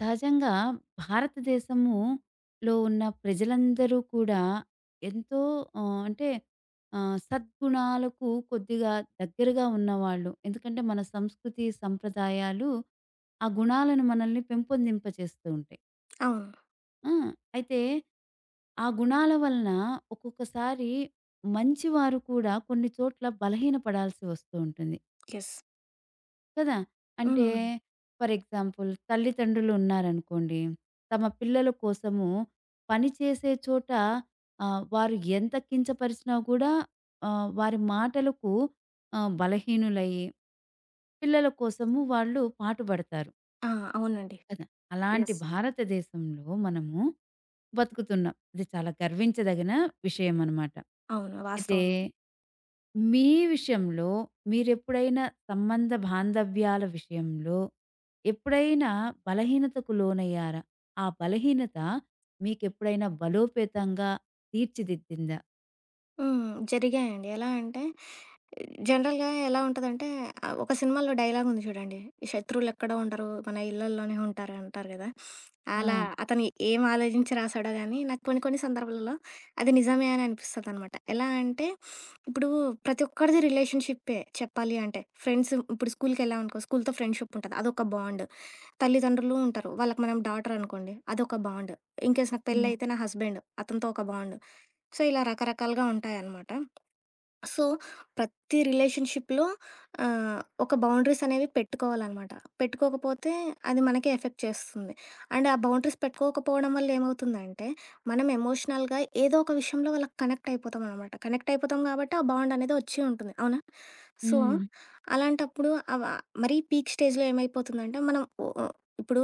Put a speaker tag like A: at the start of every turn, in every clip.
A: సహజంగా భారతదేశములో ఉన్న ప్రజలందరూ కూడా ఎంతో అంటే సద్గుణాలకు కొద్దిగా దగ్గరగా ఉన్నవాళ్ళు. ఎందుకంటే మన సంస్కృతి, సంప్రదాయాలు ఆ గుణాలను మనల్ని పెంపొందింపచేస్తూ ఉంటాయి.
B: అవును.
A: ఆ! అయితే ఆ గుణాల వలన ఒక్కొక్కసారి మంచివారు కూడా కొన్ని చోట్ల బలహీనపడాల్సి వస్తూ ఉంటుంది.
B: యెస్.
A: కదా!
B: హ్మ్.
A: అంటే
B: హ్మ్.
A: ఫర్ ఎగ్జాంపుల్ తల్లిదండ్రులు ఉన్నారనుకోండి. తమ పిల్లల కోసము పని చేసే చోట వారు ఎంత కించపరిచినా కూడా వారి మాటలకు బలహీనులయ్యి పిల్లల కోసము వాళ్ళు పాటుపడతారు
B: ఆ! అవునండి.
A: కదా! అలాంటి
B: యెస్.
A: భారతదేశంలో మనము బతుకుతున్నాం. ఇది చాలా గర్వించదగిన విషయమనమాట.
B: అవును.
A: అయితే
B: వాస్తవం అది.
A: మీ విషయంలో మీరెప్పుడైనా సంబంధ బాంధవ్యాల విషయంలో ఎప్పుడైనా బలహీనతకు లోనయ్యారా? ఆ బలహీనత మీకెప్పుడైనా బలోపేతంగా తీర్చిదిద్దిందా?
B: హ్మ్. జరిగాయండి. ఎలా అంటే జనరల్‌గా ఎలా ఉంటదంటే ఒక సినిమాలో డైలాగ్ ఉంది చూడండి. శత్రువులెక్కడో ఉండరు మన ఇళ్లల్లోనే ఉంటారు అంటారు గదా!
A: ఆ!
B: అలా అతను ఏం ఆలోచించి రాసాడో గానీ నాకు కొన్ని కొన్ని సందర్భాలలో అది నిజమే అని అనిపిస్తదనమాట. ఎలా అంటే ఇప్పుడు ప్రతి ఒక్కరిది రిలేషన్‌షిప్పే చెప్పాలి అంటే. ఫ్రెండ్స్ ఇప్పుడు స్కూలుకెళ్ళామనుకో స్కూలుతో ఫ్రెండ్‌షిప్ ఉంటది. అదొక బాండ్. తల్లిదండ్రులు ఉంటారు. వాళ్ళకి మనం డాటర్ అనుకోండి. అదొక బాండ్. ఇన్‌కేస్ నాకు
A: హ్మ్.
B: పెళ్ళైతే నా హస్బెండ్. అతనితో ఒక బాండ్. సో, ఇలా రకరకాలుగా ఉంటాయనమాట. సో, ప్రతి రిలేషన్‌షిప్‌లో ఒక బౌండరీస్ అనేవి పెట్టుకోవాలనమాట. పెట్టుకోకపోతే అది మనకే ఎఫెక్ట్ చేస్తుంది. అండ్ ఆ బౌండరీస్ పెట్టుకోకపోవడం వల్ల ఏమవుతుందంటే, మనం ఎమోషనల్‌గా ఏదో ఒక విషయంలో వాళ్ళకి కనెక్ట్ అయిపోతాం అనమాట. కనెక్ట్ అయిపోతాం కాబట్టి, ఆ బాండ్ అనేది వచ్చి ఉంటుంది. అవునా? సో,
A: హ్మ్.
B: అలాంటప్పుడు అవ మరీ పీక్ స్టేజ్‌లో ఏమైపోతుందంటే, మనం ఓ ఓ ఇప్పుడు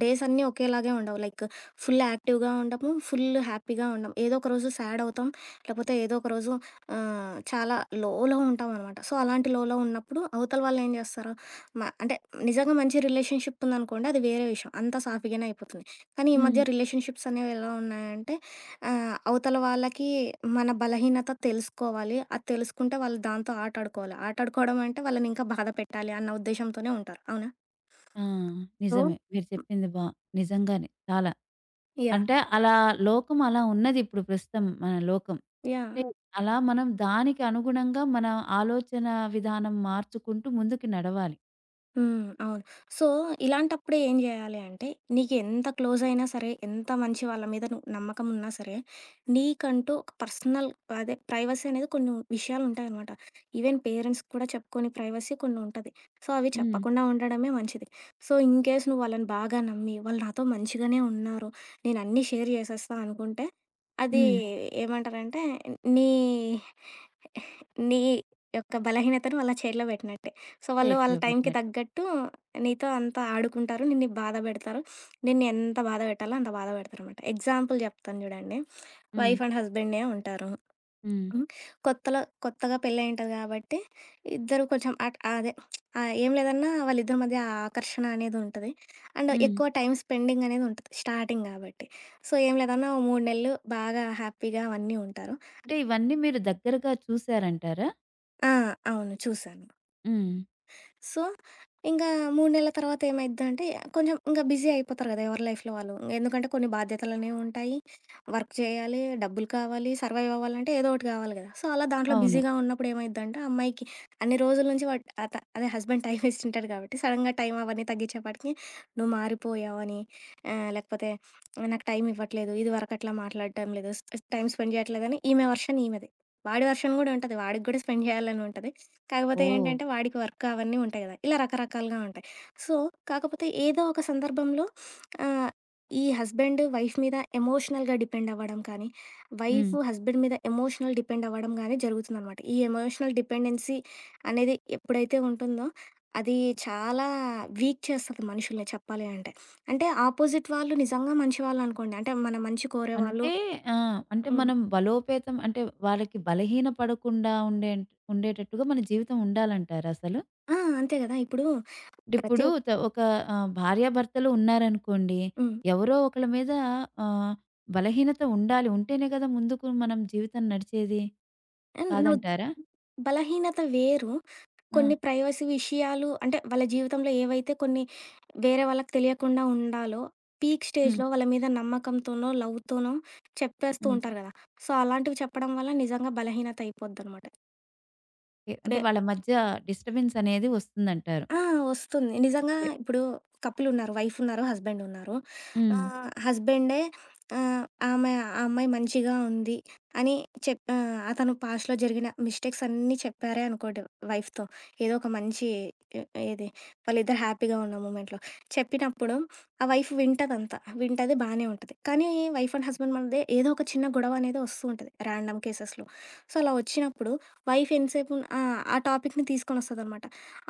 B: డేస్ అన్నీ ఒకేలాగే ఉండవు. లైక్ ఫుల్ యాక్టివ్‌గా ఉండము, ఫుల్ హ్యాపీగా ఉండం. ఏదో ఒకరోజు సాడ్ అవుతాం, లేకపోతే ఏదో ఒకరోజు ఆ! చాలా లోలో ఉంటామనమాట. సో, అలాంటి లోలో ఉన్నప్పుడు అవతల వాళ్ళేం జేస్తారు, అంటే నిజంగా మంచి రిలేషన్‌షిప్ ఉందనుకోండి అది వేరే విషయం. అంతా సాఫీగానే అయిపోతుంది. కానీ ఈ
A: హ్మ్.
B: మధ్య రిలేషన్‌షిప్స్ అనేవి ఎలా ఉన్నాయంటే అవతల వాళ్ళకి మన బలహీనత తెలుసుకోవాలి. అది తెలుసుకుంటే వాళ్ళు దాంతో ఆటాడుకోవాలి. ఆటాడుకోవడం అంటే వాళ్ళని ఇంకా బాధ పెట్టాలి అన్న ఉద్దేశంతోనే ఉంటారు. అవునా?
A: ఆ!
B: సో,
A: నిజమే. మీరు చెప్పింది బా నిజంగానే చాలా.
B: యాహ్!
A: అంటే అలా లోకం అలా ఉన్నదిప్పుడు ప్రస్తుతం మన లోకం.
B: యాహ్!
A: అంటే అలా మనం దానికి అనుగుణంగా మన ఆలోచన విధానం మార్చుకుంటూ ముందుకు నడవాలి.
B: హ్మ్. అవును. సో, ఇలాంటప్పుడు ఏం జేయాలి అంటే, నీకు ఎంత క్లోజ్ అయినా సరే, ఎంత మంచి వాళ్ళ మీద నువ్వు నమ్మకం ఉన్నా సరే, నీకంటూ ఒక పర్సనల్ అదే ప్రైవసీ అనేది కొన్ని విషయాలుంటాయనమాట. ఈవెన్ పేరెంట్స్‌కి కూడా చెప్పుకోని ప్రైవసీ కొన్ని ఉంటది. సో, అవి
A: హ్మ్.
B: చెప్పకుండా ఉండడమే మంచిది. సో, ఇన్ కేస్ నువ్వు వాళ్ళని బాగా నమ్మి, వాళ్ళు నాతో మంచిగానే ఉన్నారు, నేనన్నీ షేర్ జేసేస్తా అనుకుంటే, అది
A: హ్మ్.
B: ఏమంటారంటే, నీ నీ యొక్క బలహీనతను వాళ్ళ చేతిలో బెట్టినట్టే. సో, వాళ్ళు వాళ్ళ
A: చేతిలో
B: టైంకి
A: పెట్టినట్టు.
B: తగ్గట్టు నీతో అంతా ఆడుకుంటారు. నిన్ను బాధ పెడతారు. నిన్ను ఎంత బాధ పెట్టాలో అంత బాధ పెడతారనమాట. ఎగ్జాంపుల్ చెప్తాను చూడండి.
A: హ్మ్.
B: వైఫ్ అండ్ హస్బెండే ఉంటారు.
A: హ్మ్.
B: హ్మ్. కొత్తలో కొత్తగా పెళ్ళయి ఉంటది కాబట్టి ఇద్దరు కొంచెం అట్ అదే ఏం లేదన్నా వాళ్ళిద్దరి మధ్య ఆ ఆకర్షణ అనేది ఉంటది. అండ్
A: హ్మ్.
B: ఎక్కువ టైమ్ స్పెండింగ్ అనేది ఉంటది. స్టార్టింగ్ కాబట్టి. సో, ఏం లేదన్నా ఓ 3 నెలలు బాగా హ్యాపీగా అవన్నీ ఉంటారు.
A: అంటే ఇవన్నీ మీరు దగ్గరగా చూసారంటారా?
B: ఆ! అవును. చూశాను.
A: హ్మ్.
B: సో, ఇంకా 3 నెలల తర్వాత ఏమైద్దంటే కొంచెం ఇంక బిజీ అయిపోతారు కదా! ఎవరి లైఫ్‌లో వాళ్ళు. ఎందుకంటే కొన్ని బాధ్యతలనేవి ఉంటాయి. వర్క్ చేయాలి, డబ్బులు కావాలి, సర్వైవ్ అవ్వాలంటే ఏదో ఒకటి కావాలి కదా! సో, అలా దాంట్లో అవును.
A: అవును.
B: బిజీగా ఉన్నప్పుడు ఏమైద్దంటే, ఆ అమ్మాయికి అన్ని రోజుల నుంచి వాడ్ అత అదే హస్బెండ్ టైమ్ ఇస్తుంటాడు కాబట్టి సడెన్‌గా టైం అవన్నీ తగ్గించేపాటికి నువ్వు మారిపోయావని లేకపోతే నాకు టైం ఇవ్వట్లేదు. ఇదివరకు అట్లా మాట్లాడటం లేదు. టైం స్పెండ్ చేయట్లేదని ఈమె వర్షన్ ఈమెది. వాడి వర్షన్ గూడా ఉంటది. వాడికి గూడా స్పెండ్ చేయాలని ఉంటది. కాకపోతే
A: ఓహ్!
B: ఏంటంటే వాడికి వర్క్ అవన్నీ ఉంటాయి కదా! ఇలా రకరకాలుగా ఉంటాయి. సో, కాకపోతే ఏదో ఒక సందర్భంలో ఆహ్, ఈ హస్బెండ్ వైఫ్ మీద ఎమోషనల్‌గా డిపెండ్ అవ్వడం కానీ,
A: హ్మ్.
B: వైఫ్ హస్బెండ్ మీద ఎమోషనల్ డిపెండ్ అవ్వడం గానీ జరుగుతుందనమాట. ఈ ఎమోషనల్ డిపెండెన్సీ అనేది ఎప్పుడైతే ఉంటుందో, అది చాలా వీక్ చేస్తది మనుషుల్ని చెప్పాలి అంటే. అంటే ఆపోజిట్ వాళ్ళు నిజంగా మంచివాళ్ళనుకోండి. అంటే మన మంచి కోరేవాళ్ళు
A: అంటే ఆ! అంటే
B: హ్మ్.
A: మనం బలోపేతం అంటే వాళ్ళకి బలహీన పడకుండా ఉండే ఉండేటట్టుగా మన జీవితం ఉండాలంటారసలు?
B: ఆ! అంతే గదా! ఇప్పుడు
A: అంటే
B: ప్రతి
A: ఇప్పుడు
B: ఒక్
A: ఒక భార్యాభర్తలు ఉన్నారనుకోండి.
B: హ్మ్.
A: ఎవరో ఒకళ్ళ మీద ఆహ్, బలహీనత ఉండాలి. ఉంటేనే కదా ముందుకు మనం జీవితం నడిచేది.
B: ఆహ్, నా ఉద్
A: కాదంటారా?
B: బలహీనత వేరు.
A: ఆ!
B: కొన్ని ప్రైవసీ విషయాలు అంటే వాళ్ళ జీవితంలో ఏవైతే కొన్ని వేరే వాళ్ళకి తెలియకుండా ఉండాలో, పీక్
A: హ్మ్.
B: స్టేజ్‌లో వాళ్ళ మీద నమ్మకంతోనో, లవ్‌తోనో చెప్పేస్తూ
A: హ్మ్.
B: ఉంటారు గదా! సో, అలాంటివి చెప్పడం వల్ల నిజంగా బలహీనత అయిపోద్దనమాట.
A: ఓకే. అంటే
B: ఇప్పుడే
A: వాళ్ళ మధ్య డిస్టర్బెన్స్ అనేది వస్తుందంటారు.
B: ఆ! వస్తుంది. నిజంగా
A: అంటే
B: ఇప్పుడు కపులున్నారు. వైఫ్ ఉన్నారు. హస్బెండ్ ఉన్నారు.
A: హ్మ్.
B: హస్బెండే ఆమె ఆ అమ్మాయి మంచిగా ఉంది అని అతను పాస్ట్‌లో జరిగిన మిస్టేక్స్ అన్నీ చెప్పారే అనుకోండి వైఫ్‌తో. ఏదో ఒక మంచి ఎ ఏది వాళ్ళిద్దరు హ్యాపీగా ఉన్న మూమెంట్‌లో. చెప్పినప్పుడు ఆ వైఫ్ వింటదంతా. వింటది బానే ఉంటది. కానీ వైఫ్ అండ్ హస్బెండ్ మధ్య ఏదో ఒక చిన్న గొడవ అనేది వస్తూ ఉంటది. ర్యాండమ్ కేసెస్‌లో. సో, అలా వచ్చినప్పుడు వైఫ్ ఎంతసేపు ఆ! ఆ టాపిక్‌ని తీసుకొనొస్తదనమాట.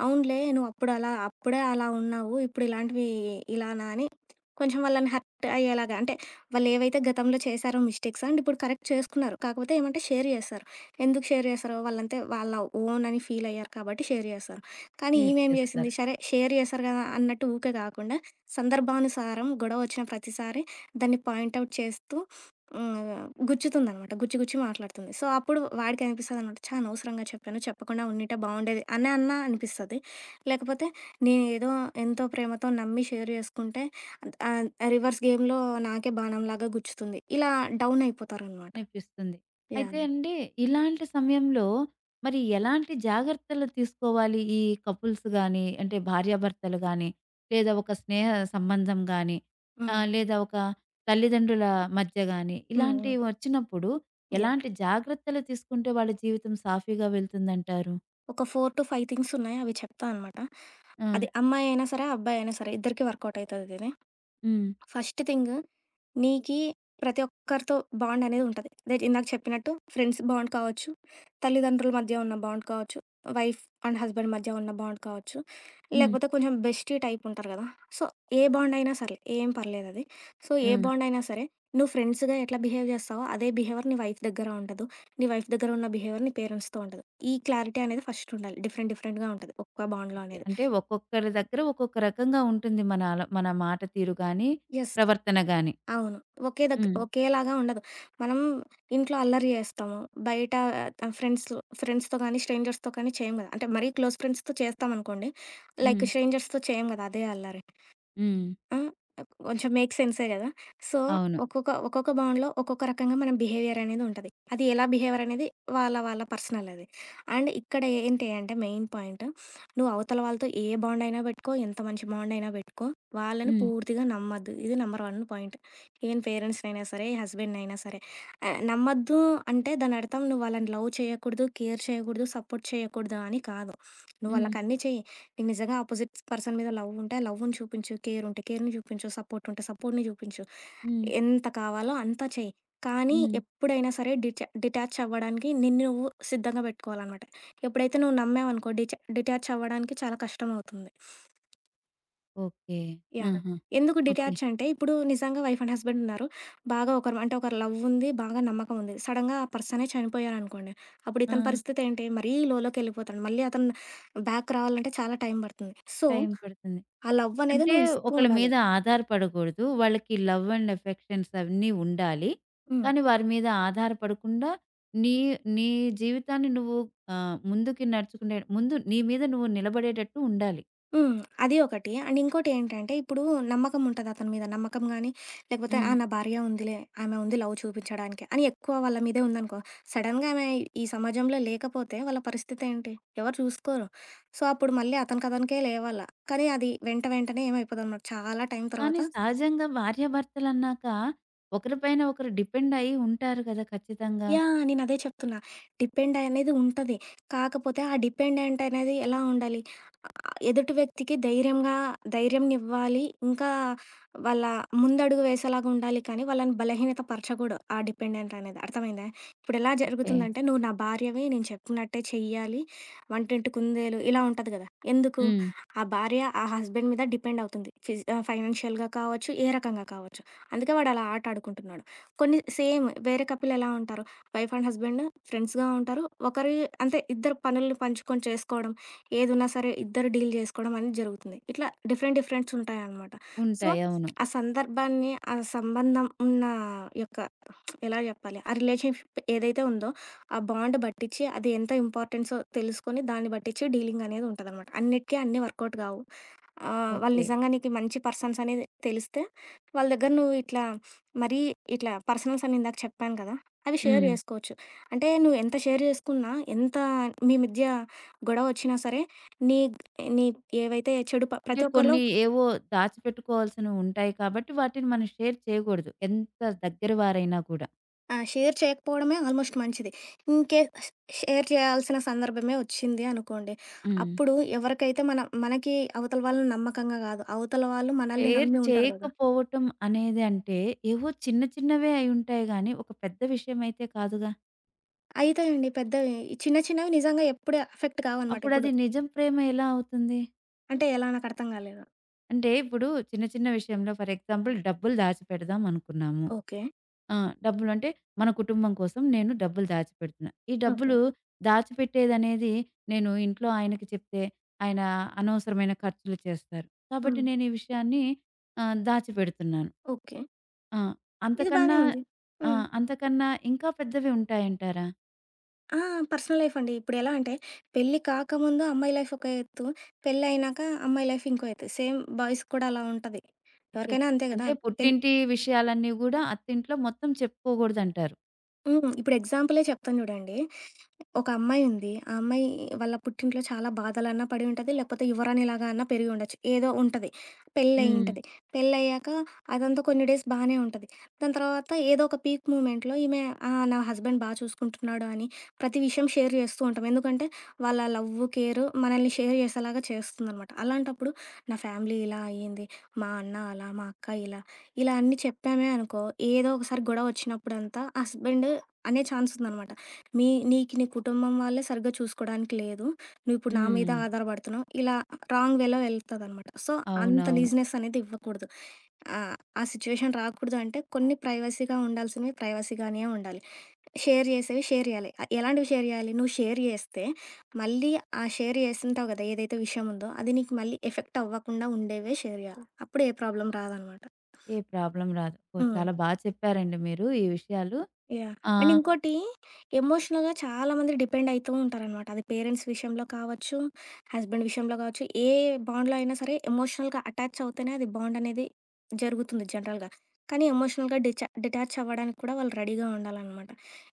B: అవునులే నువ్వు అప్పుడు అలా అప్పుడే అలా ఉన్నావు. ఇప్పుడు ఇలాంటివి ఇలానా అని కొంచెం వాళ్ళని హర్ట్ అయ్యేలాగా అంటే వాళ్ళు ఏవైతే గతంలో చేశారో మిస్టేక్స్ అండ్ ఇప్పుడు కరెక్ట్ చేసుకున్నారు. కాకపోతే ఏమంటే షేర్ చేస్తారు. ఎందుకు షేర్ చేస్తారో వాళ్ళంతే వాళ్ళ ఓన్ అని ఫీల్ అయ్యారు కాబట్టి షేర్ చేస్తారు. కానీ
A: క్లియర్
B: ఈమేం
A: చేస్తారు.
B: చేసింది సరే షేర్ చేశారు కదా అన్నట్టు ఊకే కాకుండా సందర్భానుసారం గొడవ వచ్చిన ప్రతిసారి దాన్ని పాయింట్ ఔట్ చేస్తూ హ్మ్. గుచ్చుతుందనమాట. గుచ్చి గుచ్చి మాట్లాడుతుంది. సో, అప్పుడు వాడికనిపిస్తదనమాట. ఛ! అనవసరంగా చెప్పాను. చెప్పకుండా ఉండుంటే బావుండేది అని అన్నా అనిపిస్తది. లేకపోతే నేనేదో ఎంతో ప్రేమతో నమ్మి షేర్ చేసుకుంటే ఆహ్, రివర్స్ గేమ్‌లో నాకే బాణంలాగా గుచ్చుతుంది. ఇలా డౌన్ అయిపోతారనమాట.
A: అనిపిస్తుంది. అయితే
B: యాహ్!
A: అండి ఇలాంటి సమయంలో మరి ఎలాంటి జాగ్రత్తలు తీసుకోవాలి ఈ కపుల్స్ గాని, అంటే భార్యాభర్తలు గాని, లేదా ఒక స్నేహ సంబంధం గాని,
B: హ్మ్.
A: లేదా ఒక తల్లిదండ్రుల మధ్య గాని,
B: హ్మ్. హ్మ్.
A: ఇలాంటివి వచ్చినప్పుడు
B: యాహ్!
A: ఎలాంటి జాగ్రత్తలు తీసుకుంటే వాళ్ళ జీవితం సాఫీగా వెళ్తుందంటారు?
B: ఒక 4-5 థింగ్స్ ఉన్నాయి. అవి చెప్తా అనమాట.
A: ఆ!
B: అది అమ్మాయి అయినా సరే, అబ్బాయి అయినా సరే ఇద్దరికీ వర్కౌట్ అయితదిది.
A: హ్మ్.
B: ఫస్ట్ థింగ్ నీకీ ప్రతి ఒక్కరితో బాండనేది ఉంటది. అదే ఇందాక చెప్పినట్టు ఫ్రెండ్స్ బాండ్ కావచ్చు, తల్లిదండ్రుల మధ్య ఉన్న బాండ్ కావచ్చు, వైఫ్ అండ్ హస్బెండ్ మధ్య ఉన్న బాండ్ కావచ్చు,
A: హ్మ్.
B: లేకపోతే కొంచెం బెస్టీ టైప్ ఉంటారు గదా! సో, ఏ బాండ్ అయినా సరే ఏం పర్లేదది. సో, ఏ
A: హ్మ్.
B: బాండ్ అయినా సరే నువ్వు ఫ్రెండ్స్‌గా ఎట్లా బిహేవ్ జేస్తావో అదే బిహేవియర్ నీ వైఫ్ దగ్గర ఉండదు. నీ వైఫ్ దగ్గర ఉన్న బిహేవియర్ నీ పేరెంట్స్‌తో ఉండదు. ఈ క్లారిటీ అనేది ఫస్ట్ ఉండాలి. డిఫరెంట్ డిఫరెంట్‌గా ఉంటది ఒక్క బాండ్‌లో
A: ఓకే.
B: అనేది.
A: అంటే ఒక్కొక్కరి దగ్గర ఒక్కొక్క రకంగా ఉంటుంది మన మన మాట తీరు గాని,
B: యెస్.
A: ప్రవర్తన గాని.
B: అవును.
A: హ్మ్.
B: ఒకేలాగా ఉండదు. మనం ఇంట్లో అల్లరి చేస్తాము. బయట ఫ్రెండ్స్‌లో ఫ్రెండ్స్‌తో గానీ, స్ట్రేంజర్స్‌తో కానీ చేయం గదా! అంటే మరీ క్లోజ్ ఫ్రెండ్స్‌తో చేస్తామనుకోండి. లైక్
A: హ్మ్.
B: స్ట్రేంజర్స్‌తో చేయం గదా! అదే అల్లరి.
A: హ్మ్.
B: ఆ! కొంచెం మేక్ సెన్సే గదా! సో,
A: అవును.
B: ఒక్కొక్క ఒక్కొక్క బౌండ్‌లో ఒక్కొక్క రకంగా మనం బిహేవియర్ అనేది ఉంటది. అది ఎలా బిహేవియర్ అనేది వాళ్ళ వాళ్ళ పర్సనల్ అది. అండ్ ఇక్కడ ఏంటి అంటే మెయిన్ పాయింట్ నువ్వు అవతల వాళ్ళతో ఏ బాండ్ అయినా పెట్టుకో, ఎంత మంచి బాండ్ అయినా పెట్టుకో, వాళ్ళని
A: హ్మ్.
B: పూర్తిగా నమ్మద్దు. ఇది నంబర్ 1 పాయింట్. ఈవెన్ పేరెంట్స్‌నైనా సరే, హస్బెండ్‌నైనా సరే. నమ్మద్దు అంటే దాని అర్థం నువ్వు వాళ్ళని లవ్ చేయకూడదు, కేర్ చేయకూడదు, సపోర్ట్ చేయకూడదు అని కాదు. నువ్వు
A: హ్మ్.
B: వాళ్ళకన్నీ చెయి. నీకు నిజంగా అపోజిట్ పర్సన్ మీద లవ్ ఉంటే, ఆ లవ్‌ని చూపించు. కేర్ ఉంటే కేర్‌ని చూపించు. సపోర్ట్ ఉంటే సపోర్ట్‌ని చూపించు.
A: హ్మ్.
B: ఎంత కావాలో అంత చెయి. కానీ
A: హ్మ్.
B: ఎప్పుడైనా సరే డిటాచ్ అవ్వడానికి నిన్ను నువ్వు సిద్ధంగా పెట్టుకోవాలనమాట. ఎప్పుడైతే నువ్వు నమ్మావనుకో డిటాచ్ అవ్వడానికి చాలా కష్టమవుతుంది.
A: ఓకే.
B: యాహ్!
A: ఆహా!
B: ఎందుకు
A: ఓకే.
B: డిటాచ్ అంటే, ఇప్పుడు నిజంగా వైఫ్ అండ్ హస్బెండ్ ఉన్నారు. బాగా ఒకరు అంటే ఒకరు లవ్ ఉంది, బాగా నమ్మకం ఉంది. సడెన్‌గా ఆ పర్సనే చనిపోయారనుకోండి. అప్పుడు
A: ఆ!
B: ఇతని పరిస్థితి ఏంటి? మరీ లోలోకెళ్ళిపోతాడు. మళ్ళీ అతను బ్యాక్ రావాలంటే చాలా టైం పడుతుంది. సో,
A: టైం పడుతుంది.
B: ఆ లవ్ అనేది
A: అంటే
B: నువ్వు ఇస్తూ
A: ఒకళ్ళ
B: ఉండాలి.
A: మీద ఆధారపడకూడదు. వాళ్ళకి లవ్ అండ్ ఎఫెక్షన్స్ అవన్నీ ఉండాలి.
B: హ్మ్.
A: కానీ వారి మీద ఆధారపడకుండా నీ నీ జీవితాన్ని నువ్వు ముందుకి నడుచుకునే ముందు నీ మీద నువ్వు నిలబడేటట్టు ఉండాలి.
B: హ్మ్. అది ఒకటి. అండ్ ఇంకోటేంటంటే, ఇప్పుడు నమ్మకం ఉంటది అతని మీద. నమ్మకం గానీ, లేకపోతే ఆ!
A: హ్మ్.
B: నా భార్య ఉందిలే, ఆమె ఉంది లవ్ చూపించడానికి అని ఎక్కువ వాళ్ళ మీదే ఉందనుకో, సడెన్‌గా ఆమె ఈ సమాజంలో లేకపోతే వాళ్ళ పరిస్థితేంటి? ఎవరు చూసుకోరు. సో, అప్పుడు మళ్ళీ అతనికతనికే లేవాల. కానీ అది వెంట వెంటనే ఏమైపోదనమాట, చాలా టైం
A: కానీ
B: తర్వాత
A: సహజంగా భార్యాభర్తలన్నాక ఒకరిపైన ఒకరు డిపెండ్ అయ్యి ఉంటారు కదా! ఖచ్చితంగా.
B: యాహ్! నేనదే చెప్తున్నా. డిపెండ్ అనేది ఉంటది. కాకపోతే ఆ డిపెండెంట్ అనేది ఎలా ఉండాలి? ఎదుటి వ్యక్తికి ధైర్యంగా ధైర్యంనివ్వాలి. ఇంకా వాళ్ళ ముందడుగు వేసేలాగా ఉండాలి కానీ, వాళ్ళని బలహీనత పరచకూడదు ఆ డిపెండెంట్ అనేది. అర్థమైందా? ఇప్పుడెలా
A: ఓకే.
B: జరుగుతుందంటే, "నువ్వు నా భార్యవి. నేను చెప్పినట్టే చెయ్యాలి. వంటింటి కుందేలు" ఇలా ఉంటది గదా! ఎందుకు?
A: హ్మ్.
B: ఆ భార్య ఆ హస్బెండ్ మీద డిపెండ్ అవుతుంది. ఫైనాన్షియల్‌గా కావచ్చు, ఏ రకంగా కావచ్చు. అందుకే వాడు అలా ఆట ఆడుకుంటున్నాడు. కొన్ని సేమ్ వేరే కపుల్ ఎలా ఉంటారు? వైఫ్ అండ్ హస్బెండ్ ఫ్రెండ్స్‌గా ఉంటారు. ఒకరి అంటే ఇద్దరు పనుల్ని పంచుకొని చేసుకోవడం ఏదున్నా సరే ఇద్దరు డీల్ చేసుకోవడం అనేది జరుగుతుంది. ఇట్లా డిఫరెంట్ డిఫరెంట్స్ ఉంటాయనమాట. సో,
A: ఉంటాయి. అవును.
B: ఆ సందర్భాన్ని, ఆ సంబంధం ఉన్న యొక్క ఎలా చెప్పాలి? ఆ రిలేషన్‌షిప్ ఏదైతే ఉందో, ఆ బాండ్ బట్టిచ్చి అది ఎంత ఇంపార్టెన్సో తెలుసుకొని, దాన్ని బట్టిచ్చి డీలింగనేది ఉంటదనమాట. అన్నిటికి అన్నీ వర్కౌట్ గావు. వాళ్ళు
A: ఓకే.
B: నిజంగా నీకు మంచి పర్సన్స్ అనేది తెలిస్తే, వాళ్ళ దగ్గర నువ్వు ఇట్లా మరీ ఇట్లా పర్సనల్స్ అని ఇందాక చెప్పాను కదా! అవి షేర్
A: హ్మ్.
B: జేసుకోవచ్చు. అంటే నువ్వు ఎంత షేర్ జేసుకున్నా, ఎంత మీ మధ్య గొడవొచ్చినా సరే, నీ నీ ఏవైతే చెడు
A: అంటే
B: ప్రతి ఒక్కరిలో
A: కొన్ని ఏవో దాచిపెట్టుకోవాల్సినవి ఉంటాయి కాబట్టి వాటిని మనం షేర్ చేయకూడదు. ఎంత దగ్గర వారైనా కూడా.
B: ఆ! షేర్ చేయకపోవడమే ఆల్మోస్ట్ మంచిది. ఇన్‌కేస్ షేర్ చేయాల్సిన సందర్భమే వచ్చింది అనుకోండి.
A: హ్మ్.
B: అప్పుడు ఎవరికైతే మన మనకి అవతల వాళ్ళు నమ్మకంగా కాదు, అవతల వాళ్ళు మనల్ని
A: షేర్
B: నమ్మి ఉంటారు కదా!
A: చేయకపోవటం అనేది అంటే ఏవో చిన్న చిన్నవే అయ్యుంటాయి గానీ, ఒక పెద్ద విషయం అయితే కాదుగా.
B: అయితాయండి పెద్దవి. ఈ చిన్న చిన్నవి నిజంగా ఎప్పుడు ఎఫెక్ట్ కావనమాట.
A: అప్పుడది
B: ఇప్పుడు
A: నిజం ప్రేమ ఎలా అవుతుంది?
B: అంటే ఎలా నాకు అర్థం కాలేదు.
A: అంటే ఇప్పుడు చిన్న చిన్న విషయంలో ఫర్ ఎగ్జాంపుల్ డబ్బులు దాచిపెడదాం అనుకున్నాము.
B: ఓకే.
A: ఆ! డబ్బులంటే మన కుటుంబం కోసం నేను డబ్బులు దాచిపెడుతున్నా. ఈ
B: ఓకే.
A: డబ్బులు దాచిపెట్టేదనేది నేను ఇంట్లో ఆయనకి చెప్తే ఆయన అనవసరమైన ఖర్చులు చేస్తారు. కాబట్టి
B: హ్మ్.
A: నేను ఈ విషయాన్ని దాచిపెడుతున్నాను.
B: ఓకే.
A: ఆ!
B: ఇది
A: అంతకన్నా
B: బానే ఉంది.
A: ఆ!
B: హ్మ్.
A: అంతకన్నా ఇంకా పెద్దవి ఉంటాయంటారా?
B: ఆ! పర్సనల్ లైఫ్ అండి. ఇప్పుడు ఎలా అంటే పెళ్లి కాకముందు అమ్మాయి లైఫ్ ఒక ఎత్తు, పెళ్లి అయినాక అమ్మాయి లైఫ్ ఇంకో ఎత్తు. సేమ్ బాయ్స్‌కి కూడా అలా ఉంటది.
A: ఓకే.
B: ఎవరికైనా అంతే కదా!
A: అంటే
B: పెళ్
A: పుట్టింటి విషయాలన్నీ గూడా అత్తింట్లో మొత్తం చెప్పుకోకూడదంటారు.
B: హ్మ్. ఇప్పుడు ఎగ్జాంపులే చెప్తాను చూడండి. ఒక అమ్మాయి ఉంది. ఆ అమ్మాయి వాళ్ళ పుట్టింట్లో చాలా బాధలన్నా పడి ఉంటది. లేకపోతే యువరాణిలాగా అన్నా పెరిగి ఉండొచ్చు. ఏదో ఉంటది. పెళ్ళయి
A: హ్మ్.
B: ఉంటది. పెళ్ళయ్యాక అదంతా కొన్ని డేస్ బానే ఉంటది. దాని తర్వాత ఏదో ఒక పీక్ మూమెంట్‌లో ఈమె ఆ! నా హస్బెండ్ బా చూసుకుంటున్నాడు అని ప్రతి విషయం షేర్ చేస్తూ ఉంటాం. ఎందుకంటే వాళ్ళ లవ్వు, కేరు మనల్ని షేర్ చేసేలాగా చేస్తుందనమాట. అలాంటప్పుడు నా ఫ్యామిలీ ఇలా అయ్యింది. మా అన్న అలా, మా అక్క ఇలా ఇలా అన్నీ చెప్పామే అనుకో, ఏదో ఒకసారి గొడవొచ్చినప్పుడంతా హస్బెండ్ అనే ఛాన్సుందనమాట. మీ నీకు నీ కుటుంబం వాళ్ళే సరిగ్గా చూసుకోడానికి లేదు. నువ్విప్పుడు నా మీద
A: హ్మ్.
B: ఆధారపడుతున్నావు. ఇలా రాంగ్ వేలో వెళ్తదనమాట. సో, అంత
A: అవునవును.
B: లీజినెస్ అనేది ఇవ్వకూడదు. ఆ సిచ్యువేషన్ రాకూడదు అంటే కొన్ని ప్రైవసీగా ఉండాల్సినవి ప్రైవసీగానే ఉండాలి. షేర్ చేసేవి షేర్ చేయాలి. ఎలాంటివి షేర్ చేయాలి? నువ్వు షేర్ చేస్తే మళ్ళీ ఆ షేర్ చేసింటావు కదా! ఏదైతే విషయం ఉందో అది నీకు మళ్ళీ ఎఫెక్ట్ అవ్వకుండా ఉండేవే షేర్ చేయాలి. అప్పుడు ఏ ప్రాబ్లమ్ రాదనమాట.
A: ఏ ప్రాబ్లమ్ రాదు. ఓహ్!
B: హ్మ్.
A: చాలా బా చెప్పారండి మీరు ఈ విషయాలు.
B: యాహ్!
A: ఆ!
B: అండ్ ఇంకోటి ఎమోషనల్‌గా చాలామంది డిపెండ్ అయితూ ఉంటారనమాట. అది పేరెంట్స్ విషయంలో కావచ్చు, హస్బెండ్ విషయంలో కావచ్చు, ఏ బాండ్‌లో అయినా సరే ఎమోషనల్‌గా అటాచ్ అవుతేనే అది బాండ్ అనేది జరుగుతుంది జనరల్‌గా. కానీ ఎమోషనల్‌గా డిటాచ్ అవ్వడానికి కూడా వాళ్ళు రెడీగా ఉండాలనమాట.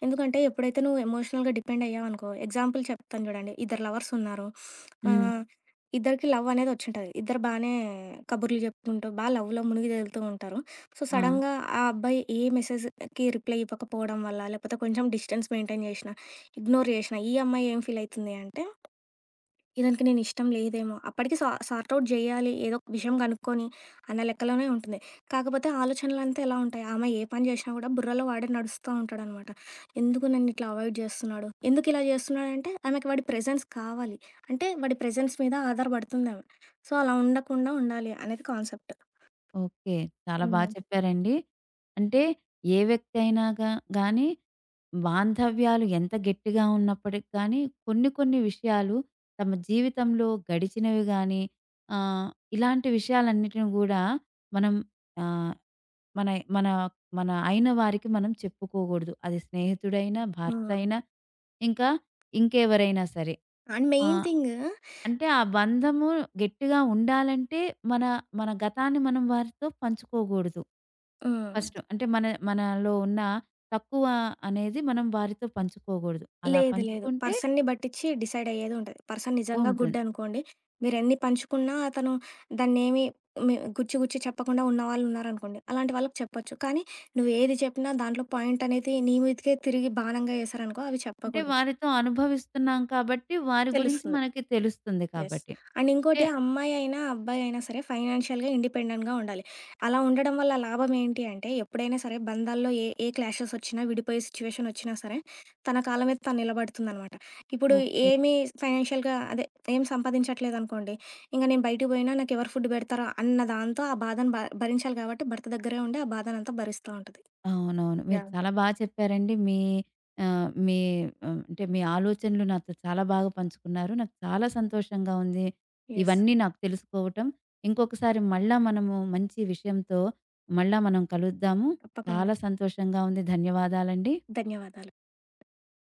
B: ఎందుకంటే ఎప్పుడైతే నువ్వు ఎమోషనల్‌గా డిపెండ్ అయ్యావనుకో ఎగ్జాంపుల్ చెప్తాను చూడండి. ఇద్దరు లవర్స్ ఉన్నారు.
A: హ్మ్.
B: ఆహ్, ఇద్దరికి లవ్ అనేది వచ్చుంటది. ఇద్దరు బానే కబుర్లు చెప్పుకుంటూ, బా లవ్‌లో మునిగి తేలుతూ ఉంటారు. సో,
A: ఆ!
B: సడెన్‌గా ఆ అబ్బాయి ఏ మెసేజ్ కి రిప్లై ఇవ్వకపోవడం వల్ల, లేపోతే కొంచెం డిస్టెన్స్ మెయింటైన్ జేషినా, ఇగ్నోర్ జేషినా, ఈ అమ్మాయి ఏం ఫీల్ అయితుంది అంటే, ఇతనికి నేనిష్టం లేదేమో, అప్పటికి సార్ట్ ఔట్ జేయాలి, ఏదో ఒక విషయం గనుక్కొని అన్న లెక్కలోనే ఉంటుంది. కాకపోతే ఆలోచనలంతా ఎలా ఉంటాయి, ఆమె ఏ పని జేషినా గూడా బుర్రలో వాడే నడుస్తా ఉంటాడనమాట. ఎందుకు నన్నిట్లా అవాయిడ్ జేస్తున్నాడు, ఎందుకిలా జేస్తున్నాడంటే, ఆమెకి వాడి ప్రెజెన్స్ కావాలి. అంటే వాడి ప్రెజెన్స్ మీద ఆధారపడుతుందామె. సో, అలా ఉండకుండా ఉండాలి అనేది కాన్సెప్ట్.
A: ఓకే. చాలా బా
B: హ్మ్.
A: చెప్పారండి. అంటే ఏ వ్యక్తి అయినా గానీ బాంధవ్యాలు ఎంత గట్టిగా ఉన్నప్పటికి కానీ కొన్ని కొన్ని విషయాలు తమ జీవితంలో గడిచినవి గానీ ఆహ్, ఇలాంటి విషయాలన్నిటిని గూడా మనం ఆహ్ మన మన మన అయిన వారికి మనం చెప్పుకోకూడదు. అది స్నేహితుడైనా, భర్త
B: హ్మ్.
A: అయినా, ఇంకా ఇంకెవరైనా సరే.
B: అండ్
A: ఆ!
B: మెయిన్ థింగ్
A: అంటే ఆ బంధము గట్టిగా ఉండాలంటే మన మన గతాన్ని మనం వారితో పంచుకోకూడదు.
B: హ్మ్.
A: ఫస్టు. అంటే మన మనలో ఉన్న తక్కువ అనేది మనం వారితో పంచుకోకూడదు. అలా
B: లేదు. లేదు.
A: పంచుకుంటే
B: పర్సన్‌ని బట్టిచ్చి డిసైడ్ అయ్యేదుంటది. పర్సన్ నిజంగా గుడ్
A: ఉంటుంది.
B: అనుకోండి, మీరెన్ని పంచుకున్నా అతను దాన్నేమి మీ గుచ్చి గుచ్చి చెప్పకుండా ఉన్నవాళ్ళున్నారనుకోండి, అలాంటి వాళ్ళకి చెప్పొచ్చు. కానీ నువ్వేది చెప్పినా దాంట్లో పాయింట్ అనేది నీ మీదకే తిరిగి బాణంగా ఏశారనుకో అవి
A: అంటే
B: చెప్పకూడదు.
A: వారితో అనుభవిస్తున్నాం కాబట్టి వారి గురించి
B: తెలుస్తుంది.
A: మనకి తెలుస్తుంది
B: యెస్.
A: కాబట్టి.
B: అండ్
A: అంటే
B: ఇంకోటి అమ్మాయి అయినా, అబ్బాయి అయినా సరే ఫైనాన్షియల్‌గా ఇండిపెండెంట్‌గా ఉండాలి. అలా ఉండడం వల్ల లాభం ఏంటి అంటే, ఎప్పుడైనా సరే బంధాల్లో ఏ ఏ క్లాషెస్ వచ్చినా, విడిపోయే సిచ్యువేషన్ వచ్చినా సరే, తన కాళ్ళ మీద తను నిలబడుతుందనమాట. ఇప్పుడు
A: ఓకే.
B: ఏమి ఫైనాన్షియల్‌గా అదే ఏం సంపాదించట్లేదనుకోండి, ఇంక నేను బయటికి పోయినా నాకెవరు ఫుడ్ పెడతారో అన్న దాంతో ఆ బాధను భరించాలి కాబట్టి భర్త దగ్గరే ఉండి ఆ బాధనంతా భరిస్తా ఉంటది.
A: అవునవును. మీరు
B: యాహ్!
A: చాలా బా చెప్పారండి. మీ ఆహ్, మీ ఆహ్, అంటే మీ ఆలోచనలు నాతో చాలా బాగా పంచుకున్నారు. నాకు చాలా సంతోషంగా ఉంది.
B: యెస్.
A: ఇవన్నీ నాకు తెలుసుకోవటం. ఇంకొకసారి మళ్ళా మనము మంచి విషయంతో మళ్ళా మనం కలుద్దాము.
B: తప్పకుండా.
A: చాలా సంతోషంగా ఉంది. ధన్యవాదాలండి.
B: ధన్యవాదాలు.